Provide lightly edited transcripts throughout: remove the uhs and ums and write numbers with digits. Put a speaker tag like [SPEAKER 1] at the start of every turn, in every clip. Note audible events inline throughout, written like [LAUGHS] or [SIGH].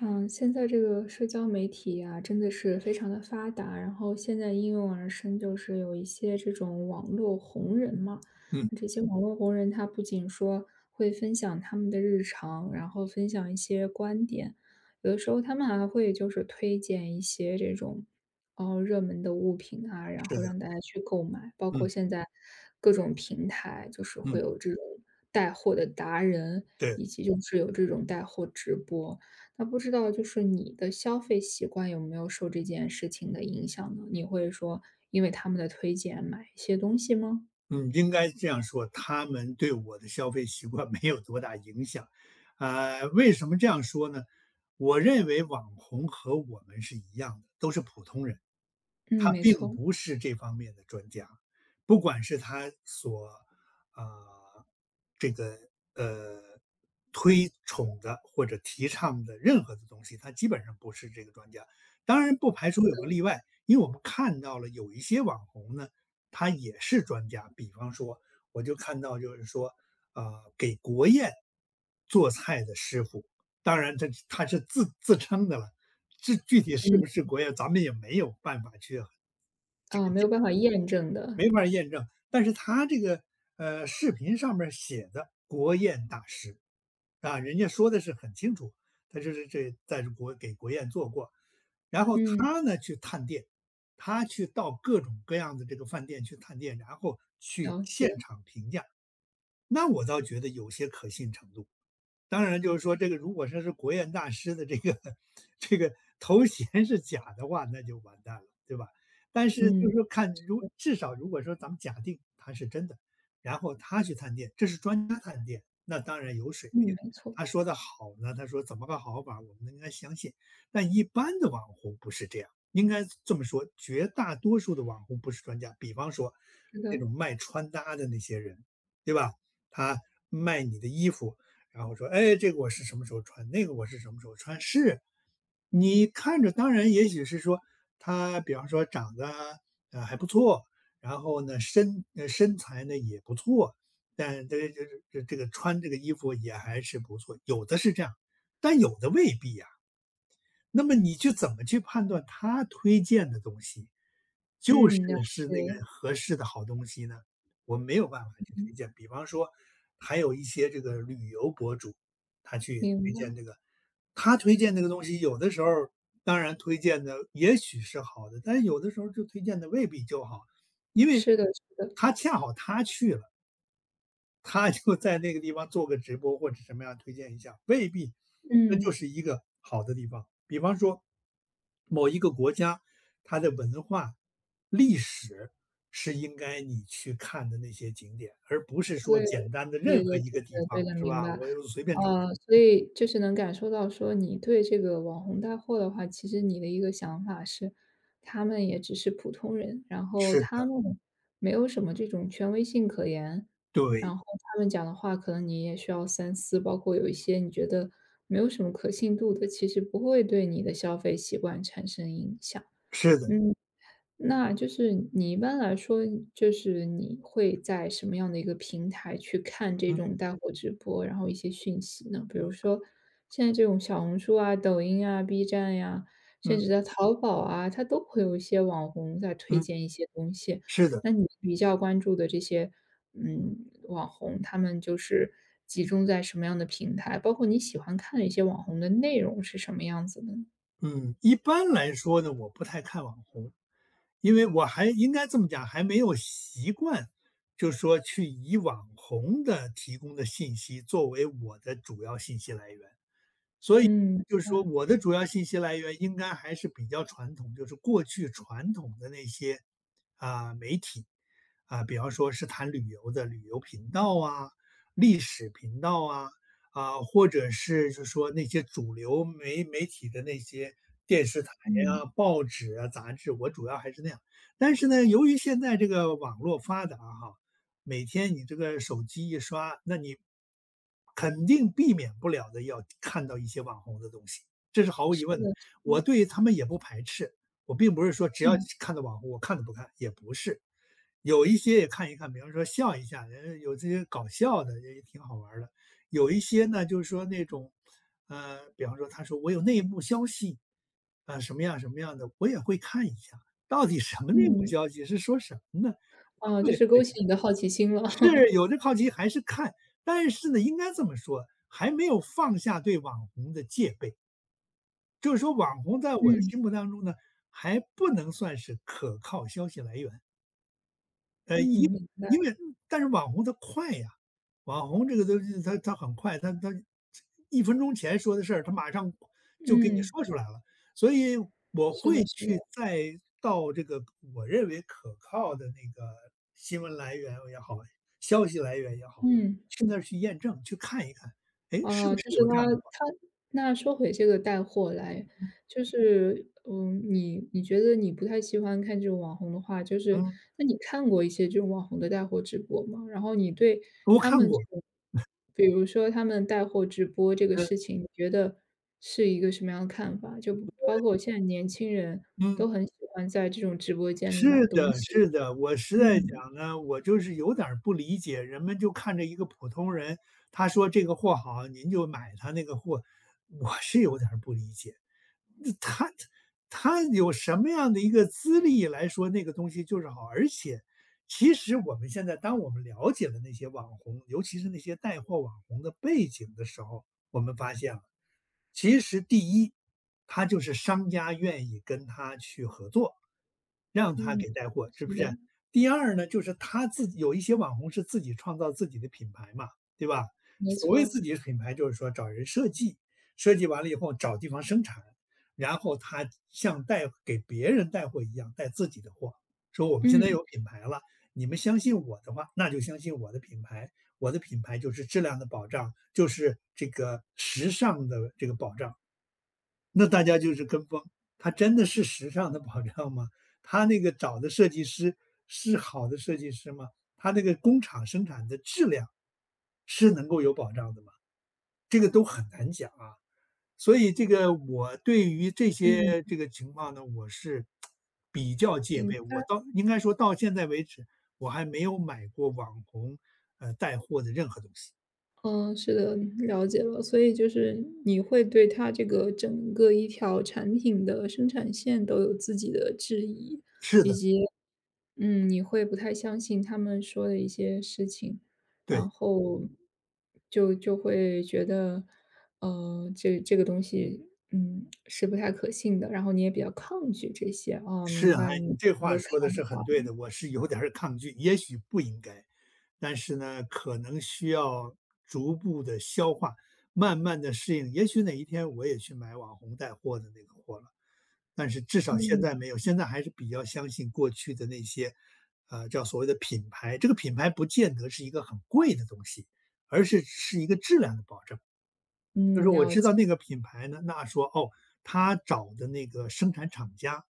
[SPEAKER 1] 嗯，现在这个社交媒体啊，真的是非常的发达，然后现在应运而生，就是有一些这种网络红人嘛。
[SPEAKER 2] 嗯，
[SPEAKER 1] 那这些网络红人，他不仅说会分享他们的日常，然后分享一些观点，有的时候他们还会就是推荐一些这种哦热门的物品啊，然
[SPEAKER 2] 是
[SPEAKER 1] 后让
[SPEAKER 2] 的，
[SPEAKER 1] 大家去购买。包括
[SPEAKER 2] 嗯
[SPEAKER 1] 现在各种平台，就是会
[SPEAKER 2] 嗯，
[SPEAKER 1] 有这种带货的达人，
[SPEAKER 2] 对，
[SPEAKER 1] 以及就是有这种带货直播。那不知道就是你的消费习惯有没有受这件事情的影响呢？你会说因为他们的推荐买一些东西吗？
[SPEAKER 2] 嗯，应该这样说，他们对我的消费习惯没有多大影响。为什么这样说呢？我认为网红和我们是一样的，都是普通人。
[SPEAKER 1] 嗯，
[SPEAKER 2] 他
[SPEAKER 1] 没
[SPEAKER 2] 并
[SPEAKER 1] 错。
[SPEAKER 2] 不是这方面的专家，不管是他所啊、这个呃推崇的或者提倡的任何的东西，他基本上不是这个专家。当然不排除有个例外，因为我们看到了有一些网红呢，他也是专家。比方说，我就看到就是说，啊、给国宴做菜的师傅，当然他是自称的了。这具体是
[SPEAKER 1] 嗯。
[SPEAKER 2] 不是国宴，咱们也没有办法去
[SPEAKER 1] 啊，没有办法验证的。
[SPEAKER 2] 没法儿验证。但是他这个视频上面儿写的国宴大师，啊，人家说的是很清楚，他就是这在这国给国宴做过。然后
[SPEAKER 1] 嗯，
[SPEAKER 2] 他呢去探店，他去到各种各样的这个饭店去探店，然后去
[SPEAKER 1] 了解。
[SPEAKER 2] 现场评价。那我倒觉得有些可信程度。当然就是说这个如果说是国宴大师的这个 [LAUGHS] 这个头衔是假的话，那就完蛋了，对吧？但是就
[SPEAKER 1] 嗯。
[SPEAKER 2] 是说看至少如果说咱们假定他是真的，然后他去探店，这是专家探店，那当然有水平。
[SPEAKER 1] 嗯，没错。
[SPEAKER 2] 他说的好呢，他说怎么个好法，我们应该相信。但一般的网红不是这样，应该这么说，绝大多数的网红不是专家。比方说
[SPEAKER 1] 是
[SPEAKER 2] 那
[SPEAKER 1] 的。
[SPEAKER 2] 种卖穿搭的那些人，对吧？他卖你的衣服，然后说，哎，这个我是什么时候穿，那个我是什么时候穿，是，你看着，当然也许是说他，比方说长得还不错，然后呢身材呢也不错，但这个穿这个衣服也还是不错，有的是这样，但有的未必呀、那么你去怎么去判断他推荐的东西，就是
[SPEAKER 1] 嗯，了
[SPEAKER 2] 是
[SPEAKER 1] 解。
[SPEAKER 2] 那个合适的好东西呢？我没有办法去推
[SPEAKER 1] 嗯，
[SPEAKER 2] 荐。比方说，还有一些这个旅游博主，他去
[SPEAKER 1] 明
[SPEAKER 2] 推
[SPEAKER 1] 白。
[SPEAKER 2] 荐这个，他推荐这个东西，有的时候当然推荐的也许是好的，但是有的时候就推荐的未必就好，因为
[SPEAKER 1] 是的，是的。
[SPEAKER 2] 他恰好他去了。他就 [LAUGHS] 在那个地方做个直播或者什么样推荐一下，未必那
[SPEAKER 1] 嗯。
[SPEAKER 2] 就是一个好的地方。比方说，某一个国家，它的文化、历史是应该你去看的那些景点，而不是说
[SPEAKER 1] 对。
[SPEAKER 2] 简单的
[SPEAKER 1] 对
[SPEAKER 2] 任
[SPEAKER 1] 的
[SPEAKER 2] 何一
[SPEAKER 1] 对
[SPEAKER 2] 个地
[SPEAKER 1] 的对
[SPEAKER 2] 方，
[SPEAKER 1] 的，
[SPEAKER 2] 是
[SPEAKER 1] 明
[SPEAKER 2] 吧？
[SPEAKER 1] 白。
[SPEAKER 2] 我又随便找。
[SPEAKER 1] 所以就是能感受到说你对这个网红带货的话，其实你的一个想法是，他们也只是普通人，然后
[SPEAKER 2] 是
[SPEAKER 1] 他
[SPEAKER 2] 的，
[SPEAKER 1] 们没有什么这种权威性可言，然
[SPEAKER 2] 对，
[SPEAKER 1] 后他们讲的话可能你也需要三思，包括有一些你觉得没有什么可信度的，其实不会对你的消费习惯产生影响。
[SPEAKER 2] 是的，
[SPEAKER 1] 嗯。那就是你一般来说，就是你会在什么样的一个平台去看这
[SPEAKER 2] 嗯
[SPEAKER 1] 种带货直播，然后一些讯息呢？比如说现在这种小红书啊、抖音啊、B 站呀、甚
[SPEAKER 2] 嗯
[SPEAKER 1] 至在淘宝啊，它都会有一些网红在推
[SPEAKER 2] 嗯，
[SPEAKER 1] 荐一些东西。
[SPEAKER 2] 是的。
[SPEAKER 1] 那你比较关注的这些，嗯，网红他们就是集中在什么样的平台？包括你喜欢看的一些网红的内容是什么样子的呢？
[SPEAKER 2] 嗯，一般来说呢，我不太看网红，因为我还应该这么讲，还没有习惯，就说去以网红的提供的信息作为我的主要信息来源。
[SPEAKER 1] 嗯，明
[SPEAKER 2] 就是说
[SPEAKER 1] 白。
[SPEAKER 2] 我的主要信息来源应该还是比较传统，就是过去传统的那些媒体比方说是谈旅游的旅游频道啊、历史频道啊、或者是就是说那些主流媒体的那些电视台
[SPEAKER 1] 嗯，
[SPEAKER 2] 啊、报纸啊、杂志，我主要还是那样。但是呢，由于现在这个网络发达哈、每天你这个手机一刷，那你肯定避免不了的要看到一些网红的东西，这是毫无
[SPEAKER 1] 是
[SPEAKER 2] 疑问的。
[SPEAKER 1] 的，是
[SPEAKER 2] 我
[SPEAKER 1] 的。
[SPEAKER 2] 对他们也不排斥，我并不是说只要
[SPEAKER 1] 嗯。
[SPEAKER 2] 看到网红我看都不看，也不是。有一些也看一看，比方说笑一下，人家有这些搞笑的也挺好玩儿的。有一些呢，就是说那种，比方说他说我有内幕消息，什么样什么样的，我也会看一下，到底什么内幕
[SPEAKER 1] 嗯，
[SPEAKER 2] 消息是说什么呢？我
[SPEAKER 1] 啊，就
[SPEAKER 2] 会
[SPEAKER 1] 是
[SPEAKER 2] 会
[SPEAKER 1] 勾起你的好奇心了。
[SPEAKER 2] 是
[SPEAKER 1] [LAUGHS]
[SPEAKER 2] 有这好奇还是看，但是呢，应该这么说，还没有放下对网红的戒备。就是说网红在我的
[SPEAKER 1] 嗯。
[SPEAKER 2] 心目当中呢，还不能算是可靠消息来源。呃，因
[SPEAKER 1] 嗯。[LAUGHS] 明白。
[SPEAKER 2] 因为但是网红他快呀，网红这个东西他很快，他一分钟前说的事儿，他马上就给你
[SPEAKER 1] 嗯，
[SPEAKER 2] 说出来了。所以我
[SPEAKER 1] 是的
[SPEAKER 2] 会
[SPEAKER 1] 是
[SPEAKER 2] 去
[SPEAKER 1] 的。
[SPEAKER 2] 再到这个我认为可靠的那个新闻来源也好，消息来源也好，
[SPEAKER 1] 嗯。
[SPEAKER 2] 去那儿去验证，去看一看，哎，是
[SPEAKER 1] 哦，
[SPEAKER 2] 不
[SPEAKER 1] 就
[SPEAKER 2] 是
[SPEAKER 1] 是
[SPEAKER 2] 有这
[SPEAKER 1] 他
[SPEAKER 2] 样的网。
[SPEAKER 1] 他那说回这个带货来，就是，嗯，你觉得你不太喜欢看这种网红的话，就是
[SPEAKER 2] 嗯，
[SPEAKER 1] 那你看过一些这种网红的带货直播吗？然后你对
[SPEAKER 2] 我
[SPEAKER 1] 他
[SPEAKER 2] 看
[SPEAKER 1] 们这
[SPEAKER 2] 过，
[SPEAKER 1] 种，比如说他们带货直播这个
[SPEAKER 2] 嗯，
[SPEAKER 1] 事情，你觉得是一个什么样的看法？就包括现在年轻人都
[SPEAKER 2] 嗯。
[SPEAKER 1] 很喜欢在这种直播间里买
[SPEAKER 2] 是
[SPEAKER 1] 东
[SPEAKER 2] 的
[SPEAKER 1] 西。
[SPEAKER 2] 是的，我实在
[SPEAKER 1] 嗯。
[SPEAKER 2] 讲呢，我就是有点儿不理解，人们就看着一个普通人，他说这个货好，您就买他那个货，我是有点儿不理解。他有什么样的一个资历来说那个东西就是好，而且其实我们现在当我们了解了那些网红，尤其是那些带货网红的背景的时候，我们发现了其实第一，他就是商家愿意跟他去合作，让他
[SPEAKER 1] 嗯，
[SPEAKER 2] 给带货，是不
[SPEAKER 1] 是的，
[SPEAKER 2] 是？第二呢，就是他自己有一些网红是自己创造自己的品牌嘛，对吧？
[SPEAKER 1] 没
[SPEAKER 2] 所谓
[SPEAKER 1] 错。
[SPEAKER 2] 自己的品牌，就是说找人设计，设计完了以后找地方生产，然后他像带给别人带货一样带自己的货，说我们现在
[SPEAKER 1] 嗯。
[SPEAKER 2] 有品牌了，你们相信我的话，那就相信我的品牌，我的品牌就是质量的保障，就是这个时尚的这个保障。那大家就是跟风，它真的是时尚的保障吗？它那个找的设计师是好的设计师吗？它那个工厂生产的质量是能够有保障的吗？这个都很难讲啊。所以这个我对于这些
[SPEAKER 1] 嗯。
[SPEAKER 2] 这个情况呢，我是比较戒备。我到应该说到现在为止，我还没有买过网红带货的任何东西。
[SPEAKER 1] 嗯，是的，了解了。所以就是你会对它这个整个一条产品的生产线都有自己的质疑，
[SPEAKER 2] 是
[SPEAKER 1] 以
[SPEAKER 2] 的，
[SPEAKER 1] 及，嗯，你会不太相信他们说的一些事情，然
[SPEAKER 2] 对，
[SPEAKER 1] 后就就会觉得，这个东西，嗯，是不太可信的。然后你也比较抗拒这些啊。
[SPEAKER 2] 是
[SPEAKER 1] 明
[SPEAKER 2] 啊，
[SPEAKER 1] 白
[SPEAKER 2] 哎
[SPEAKER 1] 你
[SPEAKER 2] 你这话
[SPEAKER 1] 的看
[SPEAKER 2] 说的是
[SPEAKER 1] 法。
[SPEAKER 2] 很对的，我是有点儿抗拒，也许不应该，但是呢，可能需要逐步的消化，慢慢的适应。也许哪一天我也去买网红带货的那个货了，但是至少现
[SPEAKER 1] 嗯
[SPEAKER 2] 在没有，现在还是比较相信过去的那些，叫所谓的品牌。这个品牌不见得是一个很贵的东西，而是一个质量的保证。就是
[SPEAKER 1] 嗯，
[SPEAKER 2] 我
[SPEAKER 1] 了
[SPEAKER 2] 知道
[SPEAKER 1] 解。
[SPEAKER 2] 那个品牌呢，那说哦，他找的那个生产厂家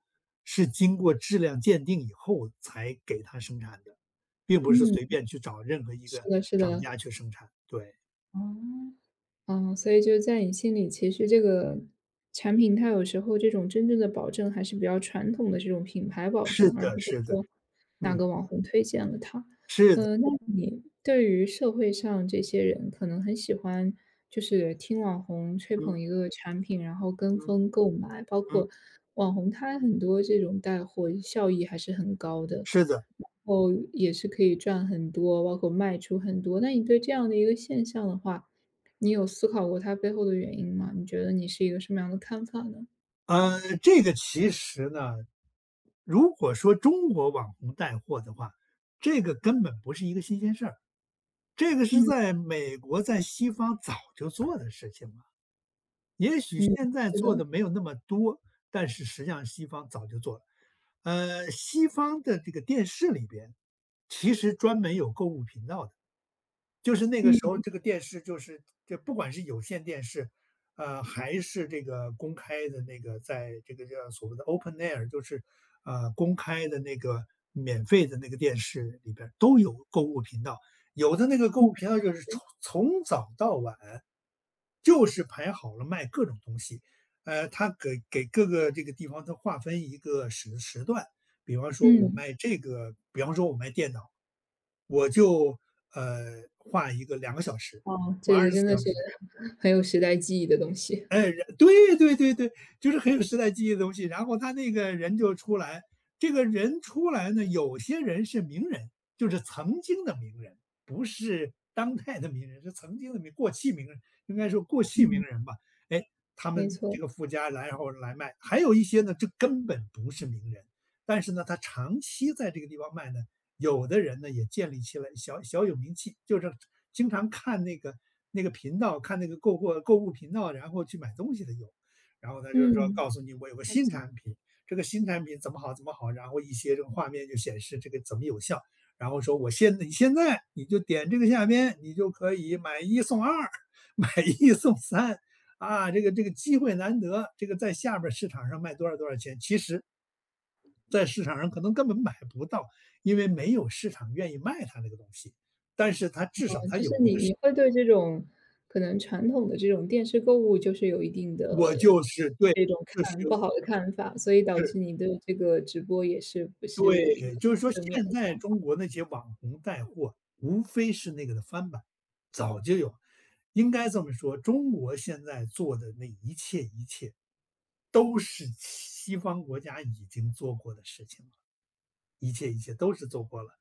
[SPEAKER 2] 是经过质量鉴定以后才给他生产的，并不是随
[SPEAKER 1] 嗯，
[SPEAKER 2] 便去找任何一
[SPEAKER 1] 是
[SPEAKER 2] 个
[SPEAKER 1] 的，是
[SPEAKER 2] 厂
[SPEAKER 1] 的。
[SPEAKER 2] 家去生产。对，
[SPEAKER 1] 哦。嗯，所以就是在你心里，其实这个产品它有时候这种真正的保证还是比较传统的这种品牌保
[SPEAKER 2] 是
[SPEAKER 1] 证，而
[SPEAKER 2] 的，
[SPEAKER 1] 不是
[SPEAKER 2] 是的，
[SPEAKER 1] 说哪
[SPEAKER 2] 嗯，
[SPEAKER 1] 个网红推荐了它。
[SPEAKER 2] 是的，
[SPEAKER 1] 那你对于社会上这些人可能很喜欢，就是听网红吹
[SPEAKER 2] 嗯
[SPEAKER 1] 捧一个产品，然后跟
[SPEAKER 2] 嗯
[SPEAKER 1] 风购买，包
[SPEAKER 2] 嗯，
[SPEAKER 1] 括网红他很多这种带货效益还是很高的。
[SPEAKER 2] 是的，
[SPEAKER 1] 后也是可以赚很多，包括卖出很多。那你对这样的一个现象的话，你有思考过它背后的原因吗？你觉得你是一个什么样的看法呢？
[SPEAKER 2] 这个其实呢，如果说中国网红带货的话，这个根本不是一个新鲜事儿，这个是
[SPEAKER 1] 嗯
[SPEAKER 2] 在美国在西方早就做的事情了。也许
[SPEAKER 1] 嗯，
[SPEAKER 2] 现在
[SPEAKER 1] 是
[SPEAKER 2] 做
[SPEAKER 1] 的。
[SPEAKER 2] 的没有那么多，但是实际上西方早就做了。西方的这个电视里边，其实专门有购物频道的，就是那个时候
[SPEAKER 1] 嗯
[SPEAKER 2] 这个电视就是这不管是有线电视，还是这个公开的那个，在这个叫所谓的 open air,就是公开的那个免费的那个电视里边儿都有购物频道，有的那个购
[SPEAKER 1] 嗯
[SPEAKER 2] 物频道就是从早到晚。就是排好了卖各种东西，他给各个这个地方他划分一个时段，比方说我
[SPEAKER 1] 嗯，
[SPEAKER 2] 卖这个，比方说我卖电脑，我就画一个2个小时，
[SPEAKER 1] 哦，
[SPEAKER 2] 我
[SPEAKER 1] 这
[SPEAKER 2] 二
[SPEAKER 1] 个
[SPEAKER 2] 十四
[SPEAKER 1] 真的是
[SPEAKER 2] 小时，
[SPEAKER 1] [LAUGHS] 很有时代记忆的东西。
[SPEAKER 2] 哎，然对，就是很有时代记忆的东西。然后他那个人就出来，这个人出来呢，有些人是名人，就是曾经的名人，不是当代的名人，是曾经的过气名人，应该说过气名
[SPEAKER 1] 嗯，
[SPEAKER 2] 人吧。哎，他
[SPEAKER 1] 没
[SPEAKER 2] 们
[SPEAKER 1] 错。
[SPEAKER 2] 这个富家来然后来卖，还有一些呢，这根本不是名人，但是呢，他长期在这个地方卖呢，有的人呢也建立起来小小有名气，就是经常看那个频道，看那个购物频道，然后去买东西的有。然后他就是说
[SPEAKER 1] 嗯，
[SPEAKER 2] 告诉你我有个
[SPEAKER 1] 好
[SPEAKER 2] 新
[SPEAKER 1] 的。
[SPEAKER 2] 产品，这个新产品怎么好怎么好，然后一些这个画面就显示这个怎么有效，然后说你现在你就点这个下边，你就可以买一送二，[LAUGHS] 买一送三，啊，这个机会难得，这个在下边市场上卖多少多少钱，其实在市场上可能根本买不到，因为没有市场愿意卖他那个东西。但是他至少他
[SPEAKER 1] 就是
[SPEAKER 2] 有一
[SPEAKER 1] 你
[SPEAKER 2] 个是
[SPEAKER 1] 你会对这种可能传统的这种电视购物，就是有一定的
[SPEAKER 2] 我就是对，
[SPEAKER 1] 这种
[SPEAKER 2] 就是
[SPEAKER 1] 看不好的看法，所以导
[SPEAKER 2] 是，
[SPEAKER 1] 致你对这个直播也是不是有一个
[SPEAKER 2] 对，就是说
[SPEAKER 1] 正面
[SPEAKER 2] 现
[SPEAKER 1] 的
[SPEAKER 2] 在
[SPEAKER 1] 想法？
[SPEAKER 2] 中国那些网红带货，无非是那个的翻版，早就有。应该这么说，中国现在做的那一切一切，都是西方国家已经做过的事情了，一切一切都是做过了。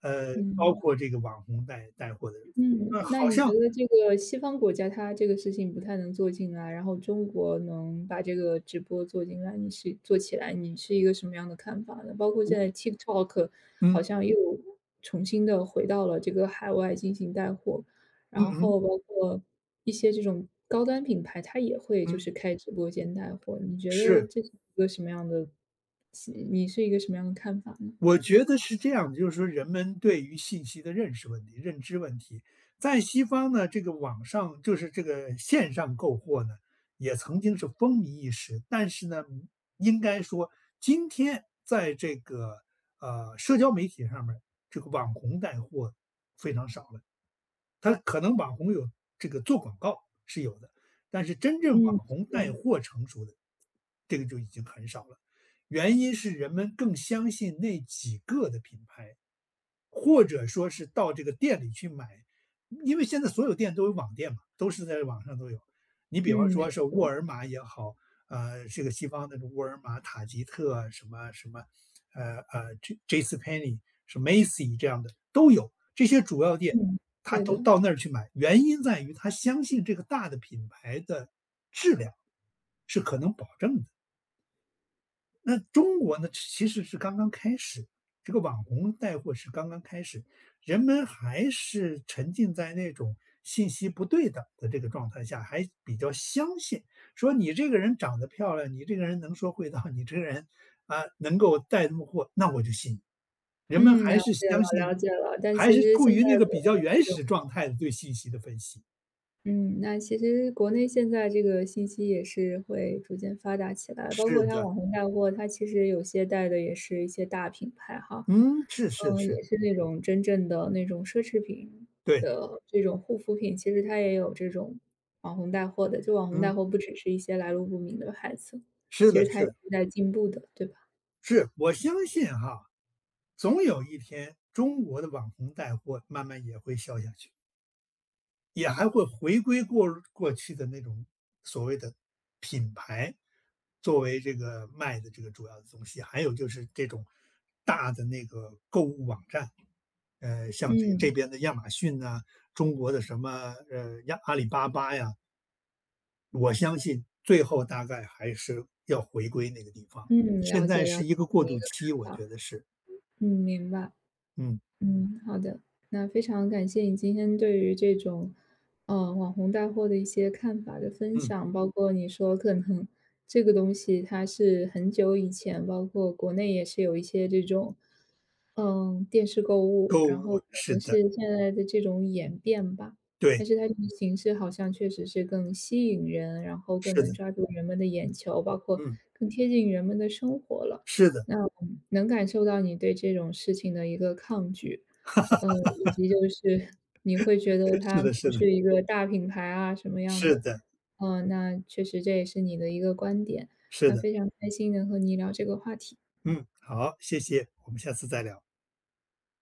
[SPEAKER 2] 包
[SPEAKER 1] 嗯。
[SPEAKER 2] 括这个网红带货的，
[SPEAKER 1] 嗯，那
[SPEAKER 2] 好
[SPEAKER 1] 你觉
[SPEAKER 2] 像
[SPEAKER 1] 得这个西方国家它这个事情不太能做进来，然后中国能把这个直播做进来，你是做起来，你是一个什么样的看法呢？包括现
[SPEAKER 2] 我
[SPEAKER 1] 在 TikTok 好
[SPEAKER 2] 嗯，
[SPEAKER 1] 像又重新的回到了这个海外进行带货，
[SPEAKER 2] 嗯
[SPEAKER 1] 然
[SPEAKER 2] 嗯
[SPEAKER 1] 后包括一些这种高端品牌，它也会就
[SPEAKER 2] 嗯，
[SPEAKER 1] 是开直播间带货，你觉得
[SPEAKER 2] 是。
[SPEAKER 1] 这是一个什么样的你是一个什么样的看法呢？
[SPEAKER 2] 我觉得是这样，的，就是说人们对于信息的认识问题、认知问题，在西方呢，这个网上就是这个线上购货呢，也曾经是风靡一时。但是呢，应该说今天在这个社交媒体上面儿这个网红带货非常少了。他可能网红有这个做广告是有的，但是真正
[SPEAKER 1] 嗯，
[SPEAKER 2] 网红
[SPEAKER 1] 是
[SPEAKER 2] 带
[SPEAKER 1] 的。
[SPEAKER 2] 货成熟的，这个就已经很少了。原因是人们更相信那几个的品牌，或者说是到这个店里去买，因为现在所有店都有网店嘛，都是在网上都有。你
[SPEAKER 1] 嗯，
[SPEAKER 2] 比方
[SPEAKER 1] 没
[SPEAKER 2] 说是沃
[SPEAKER 1] 错。
[SPEAKER 2] 尔玛也好，这个西方那种沃尔玛、塔吉特啊什么什么，J J C Penney、是 Macy 这样的都有，这些主要店
[SPEAKER 1] 嗯，
[SPEAKER 2] 他
[SPEAKER 1] 对
[SPEAKER 2] 都
[SPEAKER 1] 的。
[SPEAKER 2] 到那儿去买，原因在于他相信这个大的品牌的质量是可能保证的。那中国呢，其实是刚刚开始，这个网红带货是刚刚开始，人们还是沉浸在那种信息不对等的这个状态下，还比较相信说你这个人长得漂亮，你这个人能说会道，你这个人啊能够带动货，那我就信你。人们
[SPEAKER 1] 嗯，
[SPEAKER 2] 还
[SPEAKER 1] 了
[SPEAKER 2] 是
[SPEAKER 1] 解了
[SPEAKER 2] 相
[SPEAKER 1] 了
[SPEAKER 2] 信，
[SPEAKER 1] 解了。但
[SPEAKER 2] 还
[SPEAKER 1] 其
[SPEAKER 2] 是
[SPEAKER 1] 实
[SPEAKER 2] 处
[SPEAKER 1] 现
[SPEAKER 2] 于那
[SPEAKER 1] 在
[SPEAKER 2] 个
[SPEAKER 1] 国
[SPEAKER 2] 比较
[SPEAKER 1] 内这
[SPEAKER 2] 原
[SPEAKER 1] 种
[SPEAKER 2] 始状态的对信息的分析。
[SPEAKER 1] 嗯，那其实国内现在这个信息也是会逐渐发达起来，包
[SPEAKER 2] 是
[SPEAKER 1] 括它
[SPEAKER 2] 的，
[SPEAKER 1] 网红带货，它其实有些带的也是一些大品牌哈，
[SPEAKER 2] 嗯，是是
[SPEAKER 1] 嗯，也
[SPEAKER 2] 是，
[SPEAKER 1] 是那种真正的那种奢侈品
[SPEAKER 2] 对，
[SPEAKER 1] 的这种护肤品，其实它也有这种网红带货的，就网红带
[SPEAKER 2] 嗯，
[SPEAKER 1] 货不只是一些来路不明的牌子，
[SPEAKER 2] 是
[SPEAKER 1] 其实
[SPEAKER 2] 的，
[SPEAKER 1] 它
[SPEAKER 2] 是
[SPEAKER 1] 也
[SPEAKER 2] 的，
[SPEAKER 1] 是在进步的，对吧？
[SPEAKER 2] 是我相信哈。总有一天，中国的网红带货慢慢也会消下去，也还会回归过去的那种所谓的品牌作为这个卖的这个主要的东西。还有就是这种大的那个购物网站，像这个这
[SPEAKER 1] 嗯。
[SPEAKER 2] 边的亚马逊呐、中国的什么亚阿里巴巴呀，我相信最后大概还是要回归那个地方。
[SPEAKER 1] 嗯，了
[SPEAKER 2] 现
[SPEAKER 1] 解
[SPEAKER 2] 在
[SPEAKER 1] 了
[SPEAKER 2] 是
[SPEAKER 1] 解
[SPEAKER 2] 一个过
[SPEAKER 1] 你的一
[SPEAKER 2] 渡
[SPEAKER 1] 个
[SPEAKER 2] 期，我
[SPEAKER 1] 看法。
[SPEAKER 2] 觉得是，
[SPEAKER 1] 嗯，明白。
[SPEAKER 2] 嗯
[SPEAKER 1] 嗯，好的。那非常感谢你今天对于这种，网红带货的一些看法的分
[SPEAKER 2] 嗯，
[SPEAKER 1] 享，包括你说可能这个东西它是很久以前，包括国内也是有一些这种嗯，电视购物，
[SPEAKER 2] 购
[SPEAKER 1] 然后可
[SPEAKER 2] 物是
[SPEAKER 1] 能
[SPEAKER 2] 的。
[SPEAKER 1] 是现在的这种演变吧，但
[SPEAKER 2] 对，
[SPEAKER 1] 是它这个形式好像确实是更吸引人，然后更
[SPEAKER 2] 是
[SPEAKER 1] 能
[SPEAKER 2] 的，
[SPEAKER 1] 抓住人们的眼球，包括
[SPEAKER 2] 嗯，
[SPEAKER 1] 更贴近人们的生活了。
[SPEAKER 2] 是的，
[SPEAKER 1] 那我能感受到你对这种事情的一个抗拒，嗯，以及就是你会觉得
[SPEAKER 2] [LAUGHS] 是
[SPEAKER 1] 它
[SPEAKER 2] 的，
[SPEAKER 1] 不
[SPEAKER 2] 是的，
[SPEAKER 1] 是一个大品牌啊什么样
[SPEAKER 2] 是
[SPEAKER 1] 的，
[SPEAKER 2] 的，
[SPEAKER 1] 嗯，那确实这也是你的一个观点，
[SPEAKER 2] 是
[SPEAKER 1] 那
[SPEAKER 2] 的，
[SPEAKER 1] 非常开心能和你聊这个话题。
[SPEAKER 2] 嗯，好，谢谢，我们下次再聊。